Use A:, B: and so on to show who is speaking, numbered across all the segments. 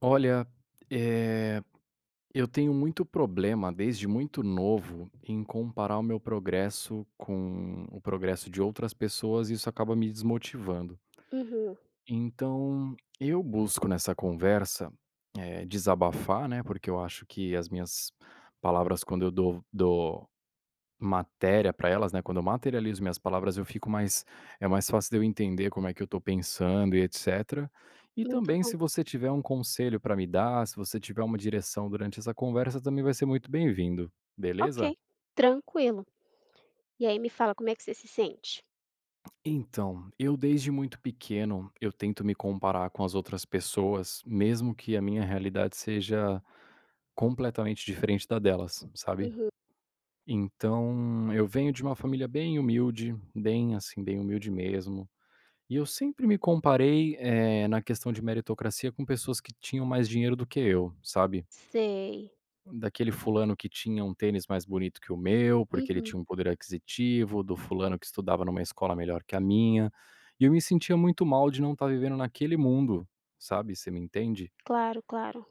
A: Olha, eh, eu tenho muito problema desde muito novo em comparar o meu progresso com o progresso de outras pessoas, e isso acaba me desmotivando.
B: Uhum,
A: Então, eu busco nessa conversa, desabafar, né, porque eu acho que as minhas palavras quando eu dou matéria para elas, né, quando eu materializo minhas palavras, eu fico mais é mais fácil de eu entender como é que eu tô pensando e etcétera. E
B: muito
A: também
B: bom.
A: se você tiver um conselho para me dar, se você tiver uma direção durante essa conversa, também vai ser muito bem-vindo,
B: Ok,
A: beleza?
B: tranquilo. E aí me fala como é que você se sente?
A: Então, eu desde muito pequeno, eu tento me comparar com as outras pessoas, mesmo que a minha realidade seja completamente diferente da delas, sabe?
B: Uhum,
A: Então, eu venho de uma família bem humilde, bem assim, bem humilde mesmo. E eu sempre me comparei, na questão de meritocracia com pessoas que tinham mais dinheiro do que eu, sabe.
B: sei.
A: Daquele fulano que tinha um tênis mais bonito que o meu, porque ele
B: Uhum,
A: tinha um poder aquisitivo, do fulano que estudava numa escola melhor que a minha, e eu me sentia muito mal de não estar vivendo naquele mundo, sabe, você me entende?
B: claro, claro.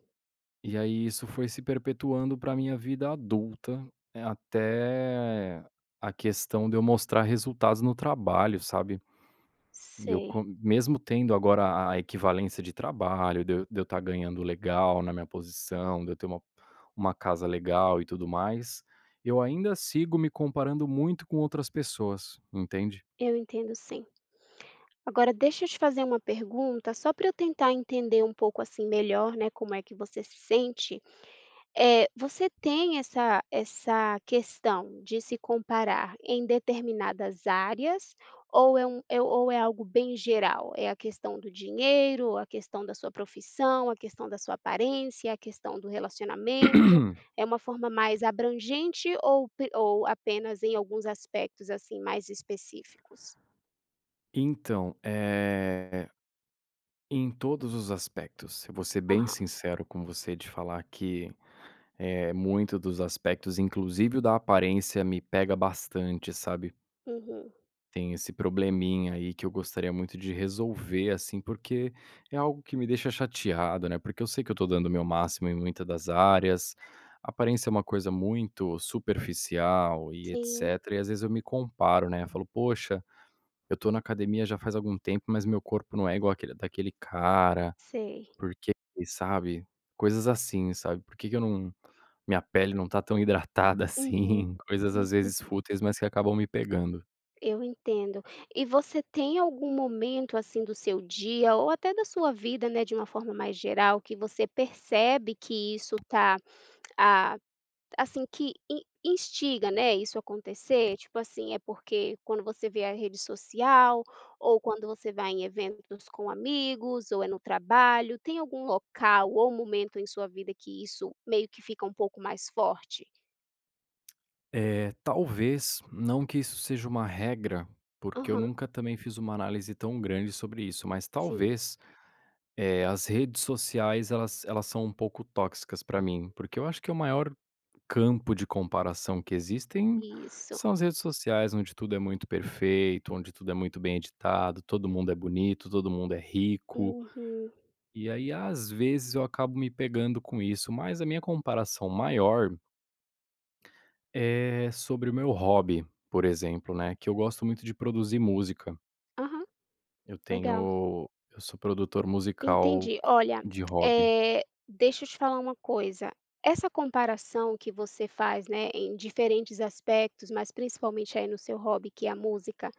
A: E aí isso foi se perpetuando para minha vida adulta, até a questão de eu mostrar resultados no trabalho, sabe. E eu co
B: Sei,
A: mesmo tendo agora a equivalência de trabalho, de eu estar ganhando legal na minha posição, de eu ter uma casa legal e tudo mais, eu ainda sigo me comparando muito com outras pessoas, entende.
B: eu entendo sim. Agora deixa eu te fazer uma pergunta, só para eu tentar entender um pouco, assim, melhor, né, como é que você se sente. Você tem essa questão de se comparar em determinadas áreas ou é algo bem geral? É a questão do dinheiro, a questão da sua profissão, a questão da sua aparência, a questão do relacionamento? É uma forma mais abrangente ou apenas em alguns aspectos, assim, mais específicos?
A: Então, é em todos os aspectos, eu vou ser bem
B: Aham.
A: sincero com você de falar que, é muito dos aspectos, inclusive o da aparência, me pega bastante, sabe.
B: Uhum.
A: Tem esse probleminha aí que eu gostaria muito de resolver, assim, porque é algo que me deixa chateado, né? Porque eu sei que eu tô dando o meu máximo em muitas das áreas. Aparência é uma coisa muito superficial e
B: Sim,
A: etc. E às vezes eu me comparo, né? Eu falo, poxa, eu tô na academia já faz algum tempo, mas meu corpo não é igual aquele, daquele cara.
B: sei.
A: Porque, sabe? Coisas assim, sabe? Por que que eu não. Minha pele não tá tão hidratada
B: Uhum.
A: assim? Coisas às vezes fúteis, mas que acabam me pegando.
B: Eu entendo. E você tem algum momento, assim, do seu dia ou até da sua vida, né, de uma forma mais geral, que você percebe que isso tá, ah, assim, que in instiga, né, isso acontecer? Tipo assim, é porque quando você vê a rede social ou quando você vai em eventos com amigos ou é no trabalho, tem algum local ou momento em sua vida que isso meio que fica um pouco mais forte?
A: É, talvez, não que isso seja uma regra, porque eu
B: Aham,
A: nunca também fiz uma análise tão grande sobre isso, mas
B: sim,
A: talvez, as redes sociais elas são um pouco tóxicas para mim, porque eu acho que o maior campo de comparação que existem
B: isso.
A: são as redes sociais, onde tudo é muito perfeito, onde tudo é muito bem editado, todo mundo é bonito, todo mundo é rico.
B: Uhum.
A: E aí, às vezes, eu acabo me pegando com isso, mas a minha comparação maior é sobre o meu hobby, por exemplo, né, que eu gosto muito de produzir música.
B: Aham, legal.
A: Eu sou produtor musical
B: Entendi.
A: co
B: Olha,
A: de hobby.
B: deixa eu te falar uma coisa, essa comparação que você faz, né, em diferentes aspectos, mas principalmente aí no seu hobby, que é a música,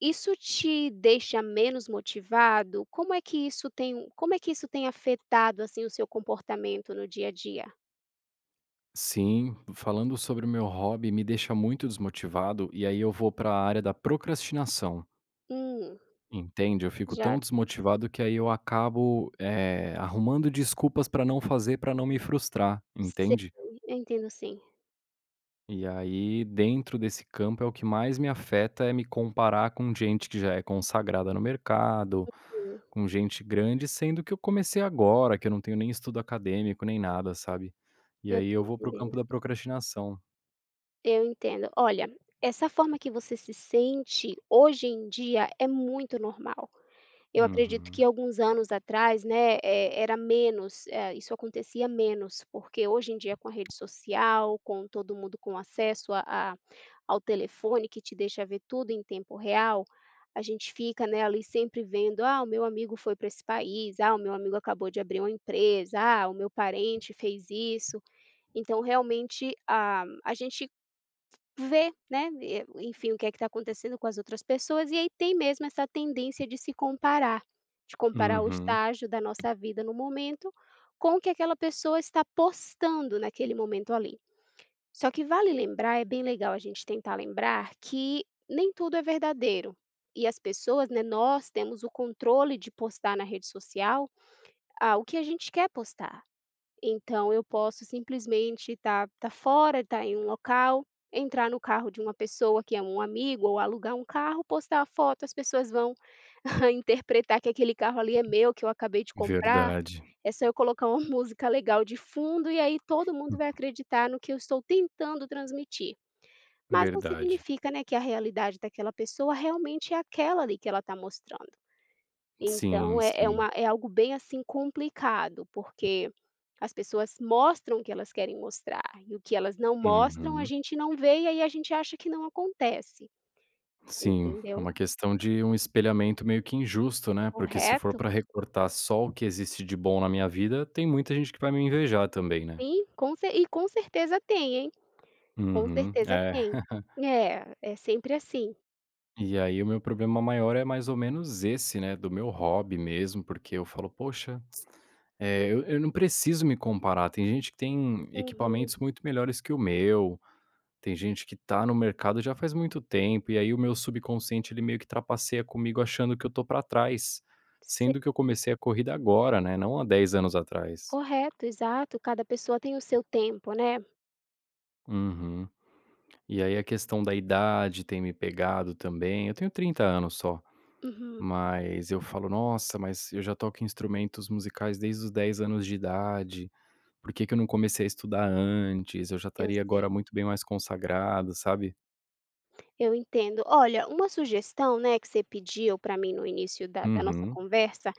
B: isso te deixa menos motivado? Como é que isso tem como é que isso tem afetado, assim, o seu comportamento no dia a dia?
A: Sim, falando sobre o meu hobby, me deixa muito desmotivado, e aí eu vou para a área da procrastinação,
B: Hum,
A: entende? Eu fico tão
B: já
A: desmotivado que aí eu acabo, arrumando desculpas para não fazer, para não me frustrar,
B: sei,
A: entende?
B: eu entendo sim.
A: E aí, dentro desse campo, é o que mais me afeta é me comparar com gente que já é consagrada no mercado, com gente grande, sendo que eu comecei agora, que eu não tenho nem estudo acadêmico, nem nada, sabe. E
B: Sim, eu
A: aí
B: tô
A: eu vou para o
B: entendendo.
A: campo da procrastinação.
B: Eu entendo. Olha, essa forma que você se sente hoje em dia é muito normal. Eu acredito que
A: Uhum,
B: alguns anos atrás, né, era menos, isso acontecia menos, porque hoje em dia com a rede social, com todo mundo com acesso a ao telefone que te deixa ver tudo em tempo real, a gente fica, né, ali sempre vendo: "Ah, o meu amigo foi para esse país. Ah, o meu amigo acabou de abrir uma empresa. Ah, o meu parente fez isso." Então realmente, a gente ver, né, e enfim, o que é que está acontecendo com as outras pessoas, e aí tem mesmo essa tendência de se comparar, de comparar o
A: uhum,
B: estágio da nossa vida no momento com o que aquela pessoa está postando naquele momento ali. Só que vale lembrar, é bem legal a gente tentar lembrar que nem tudo é verdadeiro. E as pessoas, né, nós temos o controle de postar na rede social, o que a gente quer postar. Então eu posso simplesmente estar fora, estar em um local, entrar no carro de uma pessoa que é um amigo ou alugar um carro, postar a foto, as pessoas vão interpretar que aquele carro ali é meu, que eu acabei de comprar.
A: verdade,
B: É só eu colocar uma música legal de fundo e aí todo mundo vai acreditar no que eu estou tentando transmitir. Mas não
A: verdade.
B: significa, né, que a realidade daquela pessoa realmente é aquela ali que ela está mostrando.
A: Sim,
B: Então é é uma
A: sim,
B: é algo bem, assim, complicado, porque as pessoas mostram o que elas querem mostrar, e o que elas não mostram, a
A: uhum.
B: gente não vê, e aí a gente acha que não acontece,
A: Sim, é
B: entendeu?
A: uma questão de um espelhamento meio que injusto, né, porque se for
B: Correto?
A: para recortar só o que existe de bom na minha vida, tem muita gente que vai me invejar também, né.
B: Sim, com certeza tem, hein, com
A: Uhum,
B: certeza
A: é.
B: tem. É, é sempre assim.
A: E aí o meu problema maior é mais ou menos esse, né, do meu hobby mesmo, porque eu falo: "Poxa, eu não preciso me comparar, tem gente que tem
B: Uhum.
A: equipamentos muito melhores que o meu, tem gente que tá no mercado já faz muito tempo, e aí o meu subconsciente ele meio que trapaceia comigo achando que eu tô pra trás,
B: Se
A: sendo que eu comecei a corrida agora, né, não há 10 anos atrás.
B: Correto, exato, cada pessoa tem o seu tempo, né.
A: Uhum. E aí a questão da idade tem me pegado também. Eu tenho 30 anos só,
B: Uhum,
A: mas eu falo: "Nossa, mas eu já toco instrumentos musicais desde os 10 anos de idade, por que que eu não comecei a estudar antes? Eu já
B: eu
A: estaria agora
B: sei.
A: muito bem mais consagrado", sabe?
B: Eu entendo. Olha, uma sugestão, né, que você pediu para mim no início da nossa
A: Uhum,
B: conversa,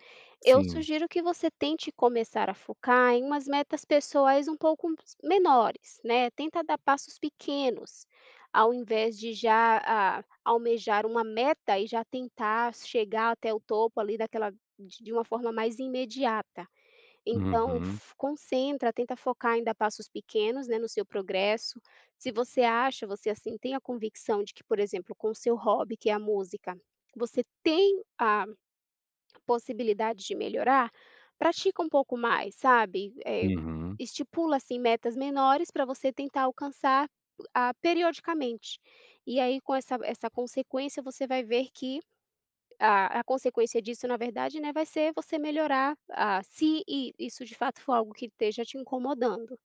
B: eu
A: sim.
B: sugiro que você tente começar a focar em umas metas pessoais um pouco menores, né, tenta dar passos pequenos, ao invés de já, almejar uma meta e já tentar chegar até o topo ali daquela de uma forma mais imediata. Então,
A: Uhum,
B: f concentra, tenta focar em dar passos pequenos, né, no seu progresso. Se você acha, você, assim, tem a convicção de que, por exemplo, com o seu hobby, que é a música, você tem a possibilidade de melhorar, pratica um pouco mais, sabe.
A: uhum.
B: Estipula, assim, metas menores para você tentar alcançar, periodicamente. E aí, com essa consequência, você vai ver que a consequência disso, na verdade, né, vai ser você melhorar, se i isso de fato for algo que esteja te incomodando.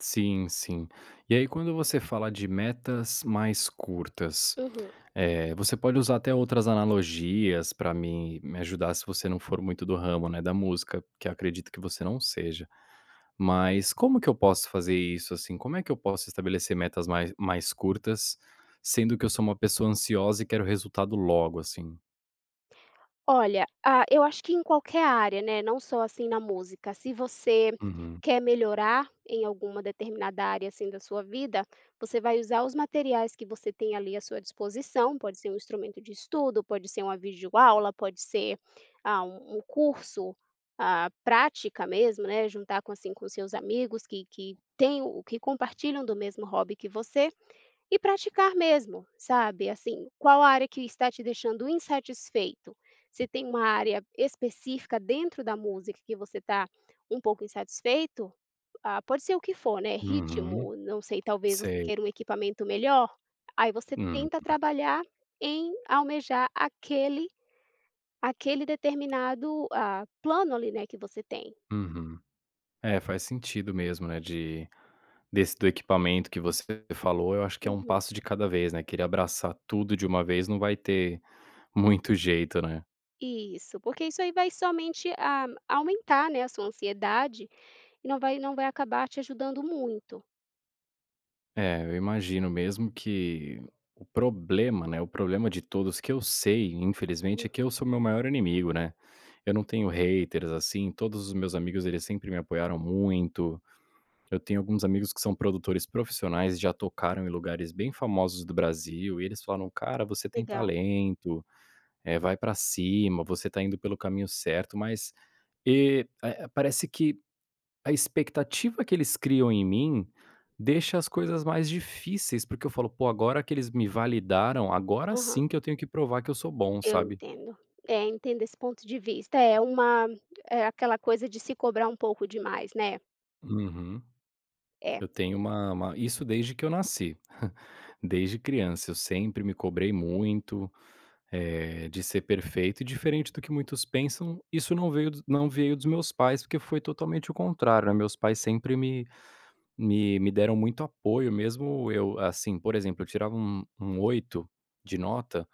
A: Sim, sim. E aí, quando você fala de metas mais curtas,
B: Uhum.
A: você pode usar até outras analogias para me ajudar se você não for muito do ramo, né, da música, que eu acredito que você não seja. Mas como que eu posso fazer isso, assim? Como é que eu posso estabelecer metas mais curtas, sendo que eu sou uma pessoa ansiosa e quero resultado logo, assim?
B: Olha, eu acho que em qualquer área, né, não só assim na música, se você
A: Uhum,
B: quer melhorar em alguma determinada área assim da sua vida, você vai usar os materiais que você tem ali à sua disposição, pode ser um instrumento de estudo, pode ser uma videoaula, pode ser um, curso, prática mesmo, né, juntar com assim com seus amigos que têm o que compartilham do mesmo hobby que você. E praticar mesmo, sabe, assim, qual a área que está te deixando insatisfeito. Se tem uma área específica dentro da música que você está um pouco insatisfeito, pode ser o que for, né,
A: uhum,
B: ritmo, não sei, talvez você
A: sei.
B: queira um equipamento melhor, aí você
A: Hum,
B: tenta trabalhar em almejar aquele determinado, plano ali, né, que você tem.
A: uhum. É, faz sentido mesmo, né, de desse do equipamento que você falou, eu acho que é um
B: Uhum.
A: passo de cada vez, né, querer abraçar tudo de uma vez não vai ter muito jeito, né.
B: Isso, porque isso aí vai somente, aumentar, né, a sua ansiedade. E não vai acabar te ajudando muito.
A: É, eu imagino mesmo que o problema, né, o problema de todos que eu sei, infelizmente, é
B: Uhum.
A: que eu sou meu maior inimigo, né. Eu não tenho haters, assim, todos os meus amigos, eles sempre me apoiaram muito. Eu tenho alguns amigos que são produtores profissionais, já tocaram em lugares bem famosos do Brasil e eles falaram: "Cara, você tem
B: Legal.
A: talento". É, vai pra cima, você tá indo pelo caminho certo, mas, parece que a expectativa que eles criam em mim deixa as coisas mais difíceis, porque eu falo: "Pô, agora que eles me validaram, agora
B: Aham,
A: sim que eu tenho que provar que eu sou bom",
B: eu
A: sabe?
B: entendo. É, entendo esse ponto de vista. É uma é aquela coisa de se cobrar um pouco demais, né?
A: Uhum.
B: É.
A: Eu tenho uma isso desde que eu nasci, desde criança. Eu sempre me cobrei muito, de ser perfeito e diferente do que muitos pensam, isso não veio dos meus pais, porque foi totalmente o contrário, né, meus pais sempre me me deram muito apoio mesmo eu assim, por exemplo, eu tirava um 8 de nota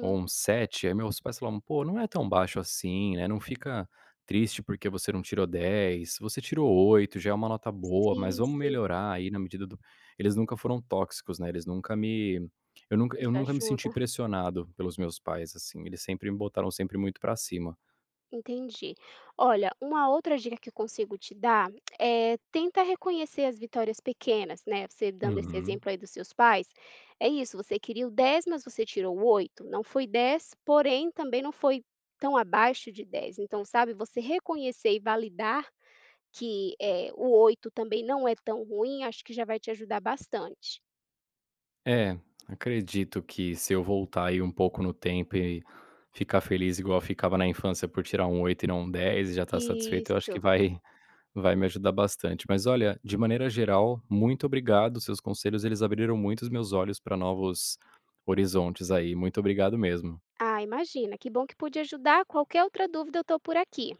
A: ou um 7 aí meus pais falavam: "Pô, não é tão baixo assim, né, não fica triste porque você não tirou 10 você tirou 8 já é uma nota boa, mas
B: Sim,
A: vamos
B: sim,
A: melhorar aí na medida do". Eles nunca foram tóxicos, né, eles nunca me eu
B: isso
A: nunca me senti
B: ajuda.
A: pressionado pelos meus pais, assim, eles sempre me botaram sempre muito pra cima.
B: Entendi. Olha, uma outra dica que eu consigo te dar é tenta reconhecer as vitórias pequenas, né? Você dando esse
A: Uhum.
B: exemplo aí dos seus pais, é isso, você queria o 10, mas você tirou o 8. Não foi 10, porém também não foi tão abaixo de 10. Então, sabe, você reconhecer e validar que o 8 também não é tão ruim, acho que já vai te ajudar bastante.
A: É, acredito que se eu voltar aí um pouco no tempo e ficar feliz igual eu ficava na infância por tirar um 8 e não um 10 e já estar satisfeito, eu acho que
B: Isso.
A: vai vai me ajudar bastante. Mas olha, de maneira geral, muito obrigado, seus conselhos eles abriram muito os meus olhos para novos horizontes aí, muito obrigado mesmo.
B: Ah, imagina, que bom que pude ajudar. Qualquer outra dúvida, eu estou por aqui.